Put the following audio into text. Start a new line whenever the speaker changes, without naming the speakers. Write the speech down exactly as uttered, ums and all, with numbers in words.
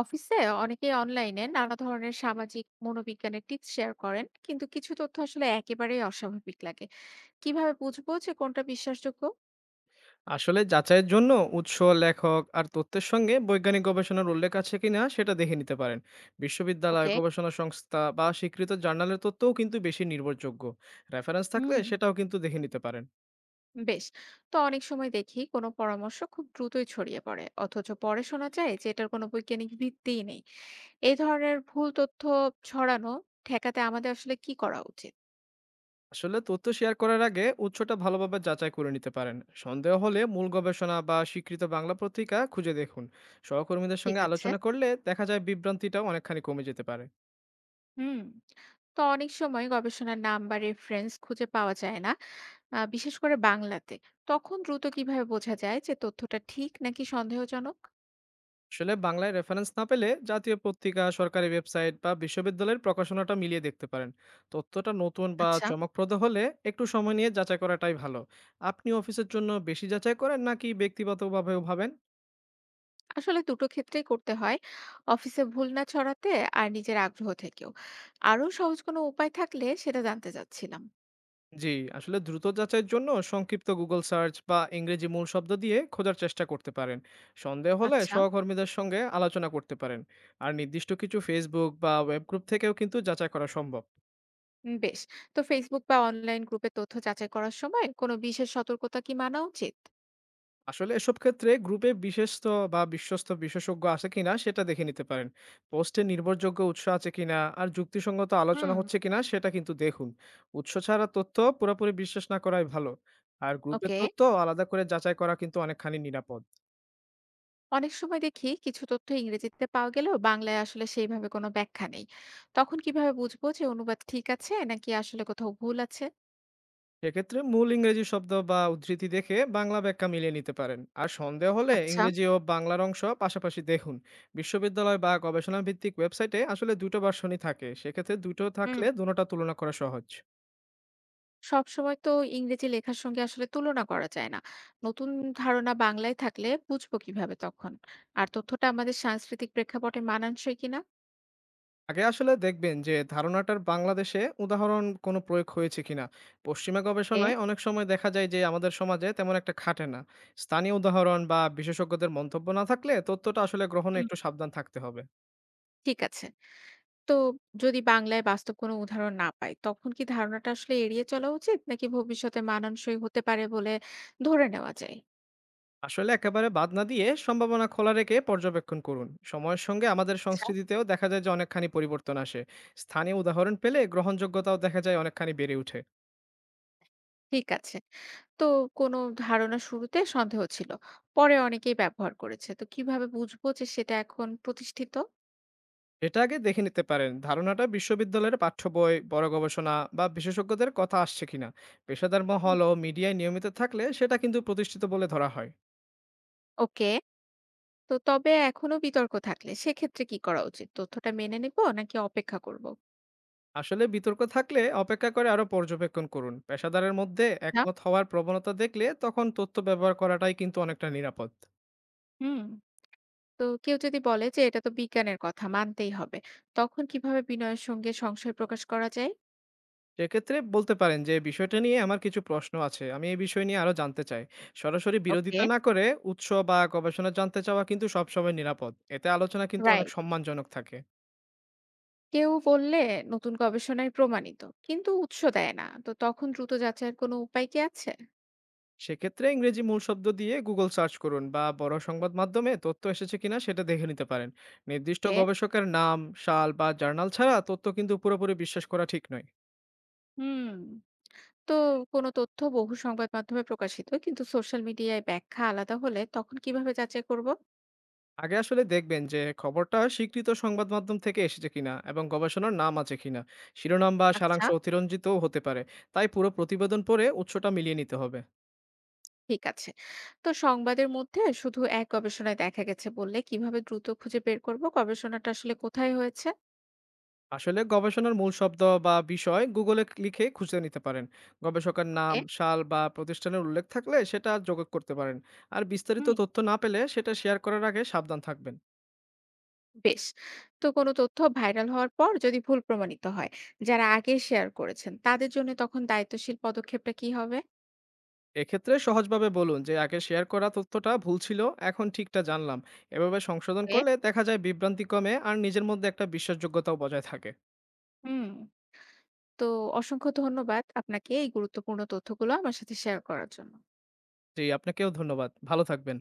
অফিসে অনেকেই অনলাইনে নানা ধরনের সামাজিক মনোবিজ্ঞানের টিপস শেয়ার করেন, কিন্তু কিছু তথ্য আসলে একেবারেই অস্বাভাবিক লাগে। কিভাবে বুঝবো যে কোনটা বিশ্বাসযোগ্য?
আসলে যাচাইয়ের জন্য উৎস, লেখক আর তথ্যের সঙ্গে বৈজ্ঞানিক গবেষণার উল্লেখ আছে কিনা সেটা দেখে নিতে পারেন। বিশ্ববিদ্যালয়,
ওকে।
গবেষণা সংস্থা বা স্বীকৃত জার্নালের তথ্যও কিন্তু বেশি নির্ভরযোগ্য। রেফারেন্স থাকলে
হুম।
সেটাও কিন্তু দেখে নিতে পারেন।
বেশ। তো অনেক সময় দেখি কোনো পরামর্শ খুব দ্রুতই ছড়িয়ে পড়ে, অথচ পরে শোনা যায় যে এটার কোনো বৈজ্ঞানিক ভিত্তিই নেই। এই ধরনের ভুল তথ্য ছড়ানো ঠেকাতে আমাদের আসলে কি করা উচিত?
আসলে তথ্য শেয়ার করার আগে উৎসটা ভালোভাবে যাচাই করে নিতে পারেন। সন্দেহ হলে মূল গবেষণা বা স্বীকৃত বাংলা পত্রিকা খুঁজে দেখুন। সহকর্মীদের
ঠিক
সঙ্গে
আছে।
আলোচনা করলে দেখা যায় বিভ্রান্তিটাও অনেকখানি কমে যেতে পারে।
হুম। তো অনেক সময় গবেষণার নাম বা রেফারেন্স খুঁজে পাওয়া যায় না, আ বিশেষ করে বাংলাতে। তখন দ্রুত কিভাবে বোঝা যায় যে তথ্যটা ঠিক নাকি সন্দেহজনক?
আসলে বাংলায় রেফারেন্স না পেলে জাতীয় পত্রিকা, সরকারি ওয়েবসাইট বা বিশ্ববিদ্যালয়ের প্রকাশনাটা মিলিয়ে দেখতে পারেন। তথ্যটা নতুন বা
আচ্ছা।
চমকপ্রদ হলে একটু সময় নিয়ে যাচাই করাটাই ভালো। আপনি অফিসের জন্য বেশি যাচাই করেন নাকি ব্যক্তিগতভাবেও ভাবেন?
আসলে দুটো ক্ষেত্রেই করতে হয়। অফিসে ভুল না ছড়াতে, আর নিজের আগ্রহ থেকেও। আরো সহজ কোনো উপায় থাকলে সেটা জানতে চাচ্ছিলাম।
জি, আসলে দ্রুত যাচাইয়ের জন্য সংক্ষিপ্ত গুগল সার্চ বা ইংরেজি মূল শব্দ দিয়ে খোঁজার চেষ্টা করতে পারেন। সন্দেহ হলে
আচ্ছা।
সহকর্মীদের সঙ্গে আলোচনা করতে পারেন। আর নির্দিষ্ট কিছু ফেসবুক বা ওয়েব গ্রুপ থেকেও কিন্তু যাচাই করা সম্ভব।
উম বেশ। তো Facebook বা অনলাইন গ্রুপে তথ্য যাচাই করার সময় কোনো বিশেষ সতর্কতা কি মানা উচিত?
আসলে এসব ক্ষেত্রে গ্রুপে বিশেষত বা বিশ্বস্ত বিশেষজ্ঞ আছে কিনা সেটা দেখে নিতে পারেন। পোস্টে নির্ভরযোগ্য উৎস আছে কিনা আর যুক্তিসঙ্গত আলোচনা
হুম।
হচ্ছে কিনা সেটা কিন্তু দেখুন। উৎস ছাড়া তথ্য পুরোপুরি বিশ্বাস না করাই ভালো। আর গ্রুপের
ওকে।
তথ্য আলাদা করে যাচাই করা কিন্তু অনেকখানি নিরাপদ।
অনেক সময় দেখি কিছু তথ্য ইংরেজিতে পাওয়া গেলেও বাংলায় আসলে সেইভাবে কোনো ব্যাখ্যা নেই। তখন কিভাবে বুঝবো যে অনুবাদ ঠিক আছে নাকি আসলে কোথাও ভুল আছে?
সেক্ষেত্রে মূল ইংরেজি শব্দ বা উদ্ধৃতি দেখে বাংলা ব্যাখ্যা মিলিয়ে নিতে পারেন, আর সন্দেহ হলে
আচ্ছা।
ইংরেজি ও বাংলার অংশ পাশাপাশি দেখুন। বিশ্ববিদ্যালয় বা গবেষণা ভিত্তিক ওয়েবসাইটে আসলে দুটো ভার্সনই থাকে, সেক্ষেত্রে দুটো
হুম।
থাকলে দুটোটা তুলনা করা সহজ।
সব সময় তো ইংরেজি লেখার সঙ্গে আসলে তুলনা করা যায় না। নতুন ধারণা বাংলায় থাকলে বুঝবো কিভাবে তখন, আর তথ্যটা আমাদের সাংস্কৃতিক প্রেক্ষাপটে মানানসই কিনা?
আগে আসলে দেখবেন যে ধারণাটার বাংলাদেশে উদাহরণ কোনো প্রয়োগ হয়েছে কিনা। পশ্চিমা
এ
গবেষণায় অনেক সময় দেখা যায় যে আমাদের সমাজে তেমন একটা খাটে না। স্থানীয় উদাহরণ বা বিশেষজ্ঞদের মন্তব্য না থাকলে তথ্যটা আসলে গ্রহণে
হুম।
একটু সাবধান থাকতে হবে।
ঠিক আছে। তো যদি বাংলায় বাস্তব কোনো উদাহরণ না পাই তখন কি ধারণাটা আসলে এড়িয়ে চলা উচিত, নাকি ভবিষ্যতে মানানসই হতে পারে বলে ধরে নেওয়া যায়?
আসলে একেবারে বাদ না দিয়ে সম্ভাবনা খোলা রেখে পর্যবেক্ষণ করুন। সময়ের সঙ্গে আমাদের সংস্কৃতিতেও দেখা যায় যে অনেকখানি পরিবর্তন আসে। স্থানীয় উদাহরণ পেলে গ্রহণযোগ্যতাও দেখা যায় অনেকখানি বেড়ে ওঠে।
ঠিক আছে। তো কোনো ধারণা শুরুতে সন্দেহ ছিল। পরে অনেকেই ব্যবহার করেছে। তো কিভাবে বুঝবো যে সেটা এখন প্রতিষ্ঠিত?
এটা আগে দেখে নিতে পারেন ধারণাটা বিশ্ববিদ্যালয়ের পাঠ্য বই, বড় গবেষণা বা বিশেষজ্ঞদের কথা আসছে কিনা। পেশাদার মহল
হুম।
ও মিডিয়ায় নিয়মিত থাকলে সেটা কিন্তু প্রতিষ্ঠিত বলে ধরা হয়।
ওকে। তো তবে এখনো বিতর্ক থাকলে সেক্ষেত্রে কি করা উচিত? তথ্যটা মেনে নিব নাকি অপেক্ষা করব?
আসলে বিতর্ক থাকলে অপেক্ষা করে আরো পর্যবেক্ষণ করুন। পেশাদারের মধ্যে
না?
একমত হওয়ার প্রবণতা দেখলে তখন তথ্য ব্যবহার করাটাই কিন্তু অনেকটা নিরাপদ।
হুম। তো কেউ যদি বলে যে এটা তো বিজ্ঞানের কথা মানতেই হবে, তখন কিভাবে বিনয়ের সঙ্গে সংশয় প্রকাশ করা যায়?
সেক্ষেত্রে বলতে পারেন যে বিষয়টা নিয়ে আমার কিছু প্রশ্ন আছে, আমি এই বিষয় নিয়ে আরো জানতে চাই। সরাসরি
ওকে।
বিরোধিতা না করে উৎস বা গবেষণা জানতে চাওয়া কিন্তু সবসময় নিরাপদ। এতে আলোচনা কিন্তু অনেক
রাইট।
সম্মানজনক থাকে।
কেউ বললে নতুন গবেষণায় প্রমাণিত, কিন্তু উৎস দেয় না। তো তখন দ্রুত যাচাইয়ের কোনো উপায় কি আছে?
সেক্ষেত্রে ইংরেজি মূল শব্দ দিয়ে গুগল সার্চ করুন বা বড় সংবাদ মাধ্যমে তথ্য এসেছে কিনা সেটা দেখে নিতে পারেন। নির্দিষ্ট
কে?
গবেষকের নাম, সাল বা জার্নাল ছাড়া তথ্য কিন্তু পুরোপুরি বিশ্বাস করা ঠিক নয়।
হুম। তো কোনো তথ্য বহু সংবাদ মাধ্যমে প্রকাশিত, কিন্তু সোশ্যাল মিডিয়ায় ব্যাখ্যা আলাদা হলে তখন কিভাবে যাচাই করব?
আগে আসলে দেখবেন যে খবরটা স্বীকৃত সংবাদ মাধ্যম থেকে এসেছে কিনা এবং গবেষণার নাম আছে কিনা। শিরোনাম বা
আচ্ছা।
সারাংশ অতিরঞ্জিতও হতে পারে, তাই পুরো প্রতিবেদন পড়ে উৎসটা মিলিয়ে নিতে হবে।
ঠিক আছে। তো সংবাদের মধ্যে শুধু এক গবেষণায় দেখা গেছে বললে কিভাবে দ্রুত খুঁজে বের করব গবেষণাটা আসলে কোথায় হয়েছে?
আসলে গবেষণার মূল শব্দ বা বিষয় গুগলে লিখে খুঁজে নিতে পারেন। গবেষকের নাম,
এ,
সাল বা প্রতিষ্ঠানের উল্লেখ থাকলে সেটা যোগ করতে পারেন। আর বিস্তারিত
হুম।
তথ্য না পেলে সেটা শেয়ার করার আগে সাবধান থাকবেন।
বেশ। তো কোনো তথ্য ভাইরাল হওয়ার পর যদি ভুল প্রমাণিত হয়, যারা আগে শেয়ার করেছেন তাদের জন্য তখন দায়িত্বশীল পদক্ষেপটা কি হবে?
এক্ষেত্রে সহজভাবে বলুন যে আগে শেয়ার করা তথ্যটা ভুল ছিল, এখন ঠিকটা জানলাম। এভাবে সংশোধন
এ,
করলে দেখা যায় বিভ্রান্তি কমে, আর নিজের মধ্যে একটা বিশ্বাসযোগ্যতাও বজায় থাকে।
হুম। তো অসংখ্য ধন্যবাদ আপনাকে এই গুরুত্বপূর্ণ তথ্যগুলো আমার সাথে শেয়ার করার জন্য।
জি, আপনাকেও ধন্যবাদ, ভালো থাকবেন।